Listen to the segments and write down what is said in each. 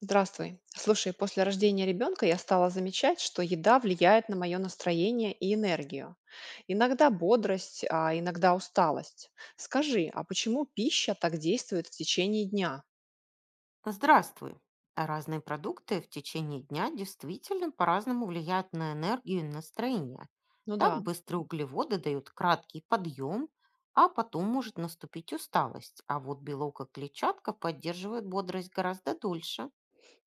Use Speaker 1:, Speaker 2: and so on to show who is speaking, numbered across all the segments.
Speaker 1: Здравствуй. Слушай, после рождения ребенка я стала замечать, что еда влияет на мое настроение и энергию. Иногда бодрость, а иногда усталость. Скажи, а почему пища так действует в течение дня?
Speaker 2: Здравствуй. Разные продукты в течение дня действительно по-разному влияют на энергию и настроение.
Speaker 1: Ну да,
Speaker 2: Так быстрые углеводы дают краткий подъем, а потом может наступить усталость. А вот белок и клетчатка поддерживают бодрость гораздо дольше.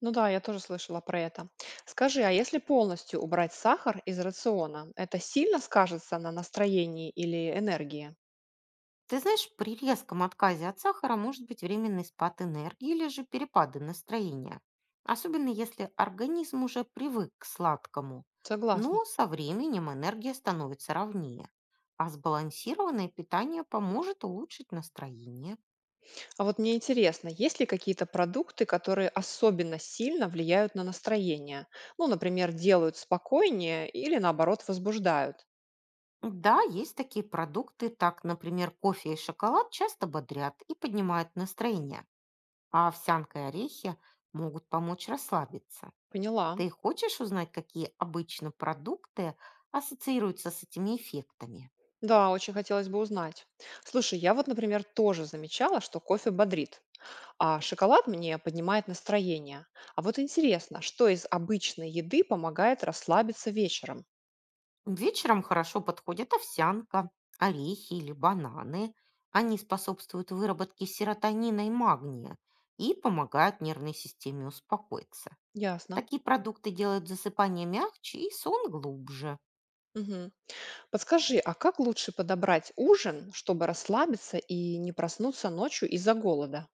Speaker 1: ну да, я тоже слышала про это. Скажи, а если полностью убрать сахар из рациона, это сильно скажется на настроении или энергии?
Speaker 2: Ты знаешь, при резком отказе от сахара может быть временный спад энергии или же перепады настроения, особенно если организм уже привык к сладкому.
Speaker 1: Согласна.
Speaker 2: Но со временем энергия становится ровнее, а сбалансированное питание поможет улучшить настроение.
Speaker 1: А вот мне интересно, есть ли какие-то продукты, которые особенно сильно влияют на настроение? Ну, например, делают спокойнее или наоборот возбуждают?
Speaker 2: Да, есть такие продукты, так, например, кофе и шоколад часто бодрят и поднимают настроение, а овсянка и орехи могут помочь расслабиться.
Speaker 1: Поняла.
Speaker 2: Ты хочешь узнать, какие обычно продукты ассоциируются с этими эффектами?
Speaker 1: Да, очень хотелось бы узнать. Слушай, я вот, например, тоже замечала, что кофе бодрит, а шоколад мне поднимает настроение. А вот интересно, что из обычной еды помогает расслабиться вечером?
Speaker 2: Вечером хорошо подходят овсянка, орехи или бананы. Они способствуют выработке серотонина и магния и помогают нервной системе успокоиться.
Speaker 1: Ясно.
Speaker 2: Такие продукты делают засыпание мягче и сон глубже.
Speaker 1: Мгм. Подскажи, а как лучше подобрать ужин, чтобы расслабиться и не проснуться ночью из-за голода?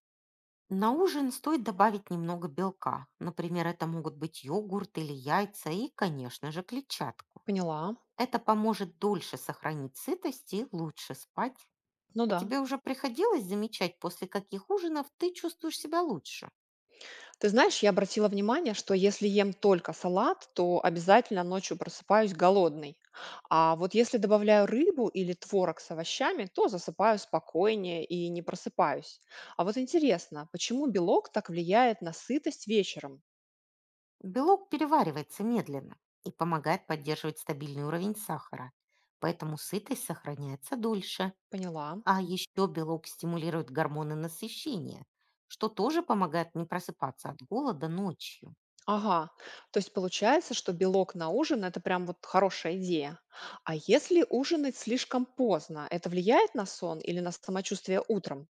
Speaker 2: На ужин стоит добавить немного белка. Например, это могут быть йогурт или яйца и, конечно же, клетчатку.
Speaker 1: Поняла.
Speaker 2: Это поможет дольше сохранить сытость и лучше спать.
Speaker 1: Ну
Speaker 2: А
Speaker 1: да.
Speaker 2: тебе уже приходилось замечать, после каких ужинов ты чувствуешь себя лучше?
Speaker 1: Ты знаешь, я обратила внимание, что если ем только салат, то обязательно ночью просыпаюсь голодный. А вот если добавляю рыбу или творог с овощами, то засыпаю спокойнее и не просыпаюсь. А вот интересно, почему белок так влияет на сытость вечером?
Speaker 2: Белок переваривается медленно и помогает поддерживать стабильный уровень сахара, поэтому сытость сохраняется дольше.
Speaker 1: Поняла.
Speaker 2: А еще белок стимулирует гормоны насыщения, что тоже помогает не просыпаться от голода ночью.
Speaker 1: Ага, то есть получается, что белок на ужин– это прям вот хорошая идея. А если ужинать слишком поздно, это влияет на сон или на самочувствие утром?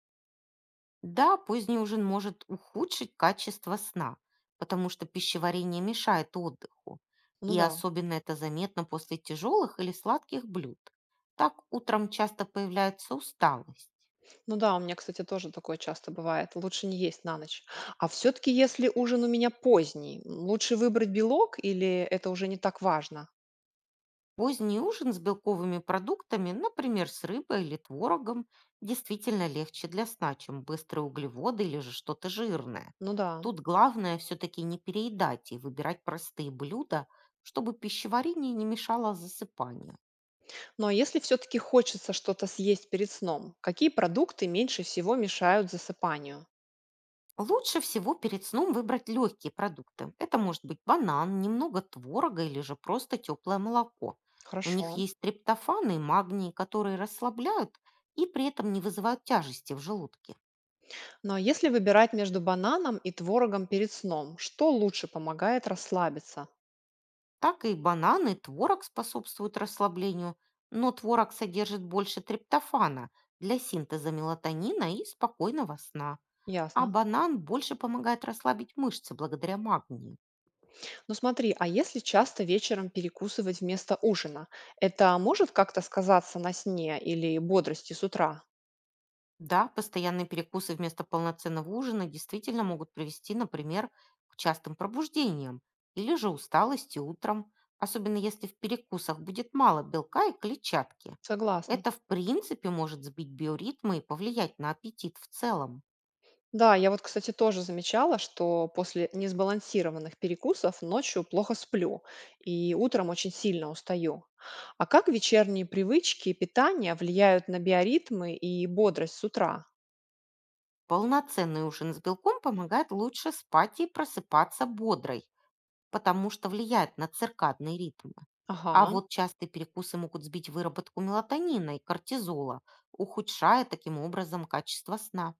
Speaker 2: Да, поздний ужин может ухудшить качество сна, потому что пищеварение мешает отдыху.
Speaker 1: Ну
Speaker 2: И
Speaker 1: да.
Speaker 2: особенно это заметно после тяжелых или сладких блюд. Так утром часто появляется усталость.
Speaker 1: Ну да, у меня, кстати, тоже такое часто бывает. Лучше не есть на ночь. А все-таки, если ужин у меня поздний, лучше выбрать белок или это уже не так важно?
Speaker 2: Поздний ужин с белковыми продуктами, например, с рыбой или творогом, действительно легче для сна, чем быстрые углеводы или же что-то жирное.
Speaker 1: Ну да.
Speaker 2: Тут главное все-таки не переедать и выбирать простые блюда, чтобы пищеварение не мешало засыпанию.
Speaker 1: Ну а если все-таки хочется что-то съесть перед сном, какие продукты меньше всего мешают засыпанию?
Speaker 2: Лучше всего перед сном выбрать легкие продукты. Это может быть банан, немного творога или же просто теплое молоко. В
Speaker 1: Хорошо.
Speaker 2: них есть триптофаны и магний, которые расслабляют и при этом не вызывают тяжести в желудке.
Speaker 1: Ну а если выбирать между бананом и творогом перед сном, что лучше помогает расслабиться?
Speaker 2: Так и бананы, и творог способствуют расслаблению, но творог содержит больше триптофана для синтеза мелатонина и спокойного сна. А
Speaker 1: Ясно.
Speaker 2: банан больше помогает расслабить мышцы благодаря магнию.
Speaker 1: Ну смотри, а если часто вечером перекусывать вместо ужина, это может как-то сказаться на сне или бодрости с утра?
Speaker 2: Да, постоянные перекусы вместо полноценного ужина действительно могут привести, например, к частым пробуждениям или же усталости утром, особенно если в перекусах будет мало белка и клетчатки.
Speaker 1: Согласна.
Speaker 2: Это в принципе может сбить биоритмы и повлиять на аппетит в целом.
Speaker 1: Да, я вот, кстати, тоже замечала, что после несбалансированных перекусов ночью плохо сплю и утром очень сильно устаю. А как вечерние привычки и питание влияют на биоритмы и бодрость с утра?
Speaker 2: Полноценный ужин с белком помогает лучше спать и просыпаться бодрой, потому что влияет на циркадные ритмы. А
Speaker 1: Ага.
Speaker 2: вот частые перекусы могут сбить выработку мелатонина и кортизола, ухудшая таким образом качество сна.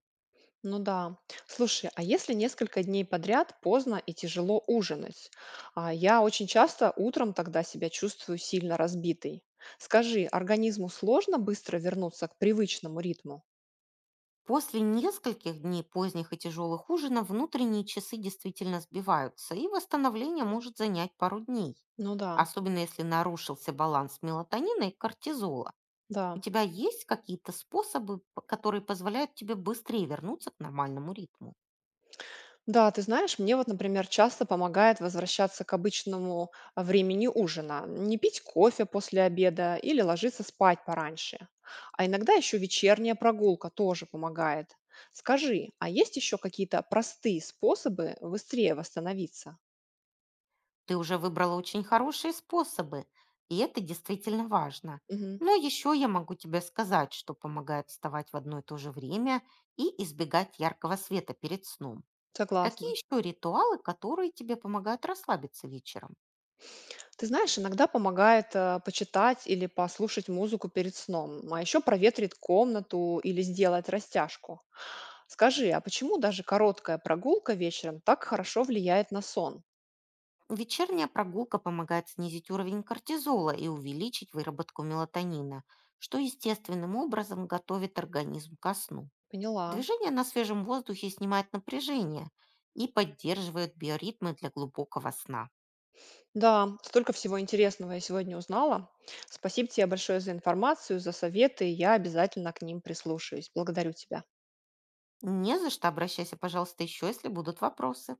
Speaker 1: Ну да. Слушай, а если несколько дней подряд поздно и тяжело ужинать? А я очень часто утром тогда себя чувствую сильно разбитой. Скажи, организму сложно быстро вернуться к привычному ритму?
Speaker 2: После нескольких дней поздних и тяжелых ужинов внутренние часы действительно сбиваются, и восстановление может занять пару дней,
Speaker 1: Ну да,
Speaker 2: особенно если нарушился баланс мелатонина и кортизола. У
Speaker 1: да.
Speaker 2: тебя есть какие-то способы, которые позволяют тебе быстрее вернуться к нормальному ритму?
Speaker 1: Да, ты знаешь, мне вот, например, часто помогает возвращаться к обычному времени ужина, не пить кофе после обеда или ложиться спать пораньше. А иногда еще вечерняя прогулка тоже помогает. Скажи, а есть еще какие-то простые способы быстрее восстановиться?
Speaker 2: Ты уже выбрала очень хорошие способы, и это действительно важно.
Speaker 1: Мгм,
Speaker 2: Но еще я могу тебе сказать, что помогает вставать в одно и то же время и избегать яркого света перед сном. Какие
Speaker 1: согласна.
Speaker 2: еще ритуалы, которые тебе помогают расслабиться вечером?
Speaker 1: Ты знаешь, иногда помогает почитать или послушать музыку перед сном, а еще проветрит комнату или сделать растяжку. Скажи, а почему даже короткая прогулка вечером так хорошо влияет на сон?
Speaker 2: Вечерняя прогулка помогает снизить уровень кортизола и увеличить выработку мелатонина, что естественным образом готовит организм ко сну.
Speaker 1: Поняла.
Speaker 2: Движение на свежем воздухе снимает напряжение и поддерживает биоритмы для глубокого сна.
Speaker 1: Да, столько всего интересного я сегодня узнала. Спасибо тебе большое за информацию, за советы. Я обязательно к ним прислушаюсь. Благодарю тебя.
Speaker 2: Не за что, обращайся, пожалуйста, еще, если будут вопросы.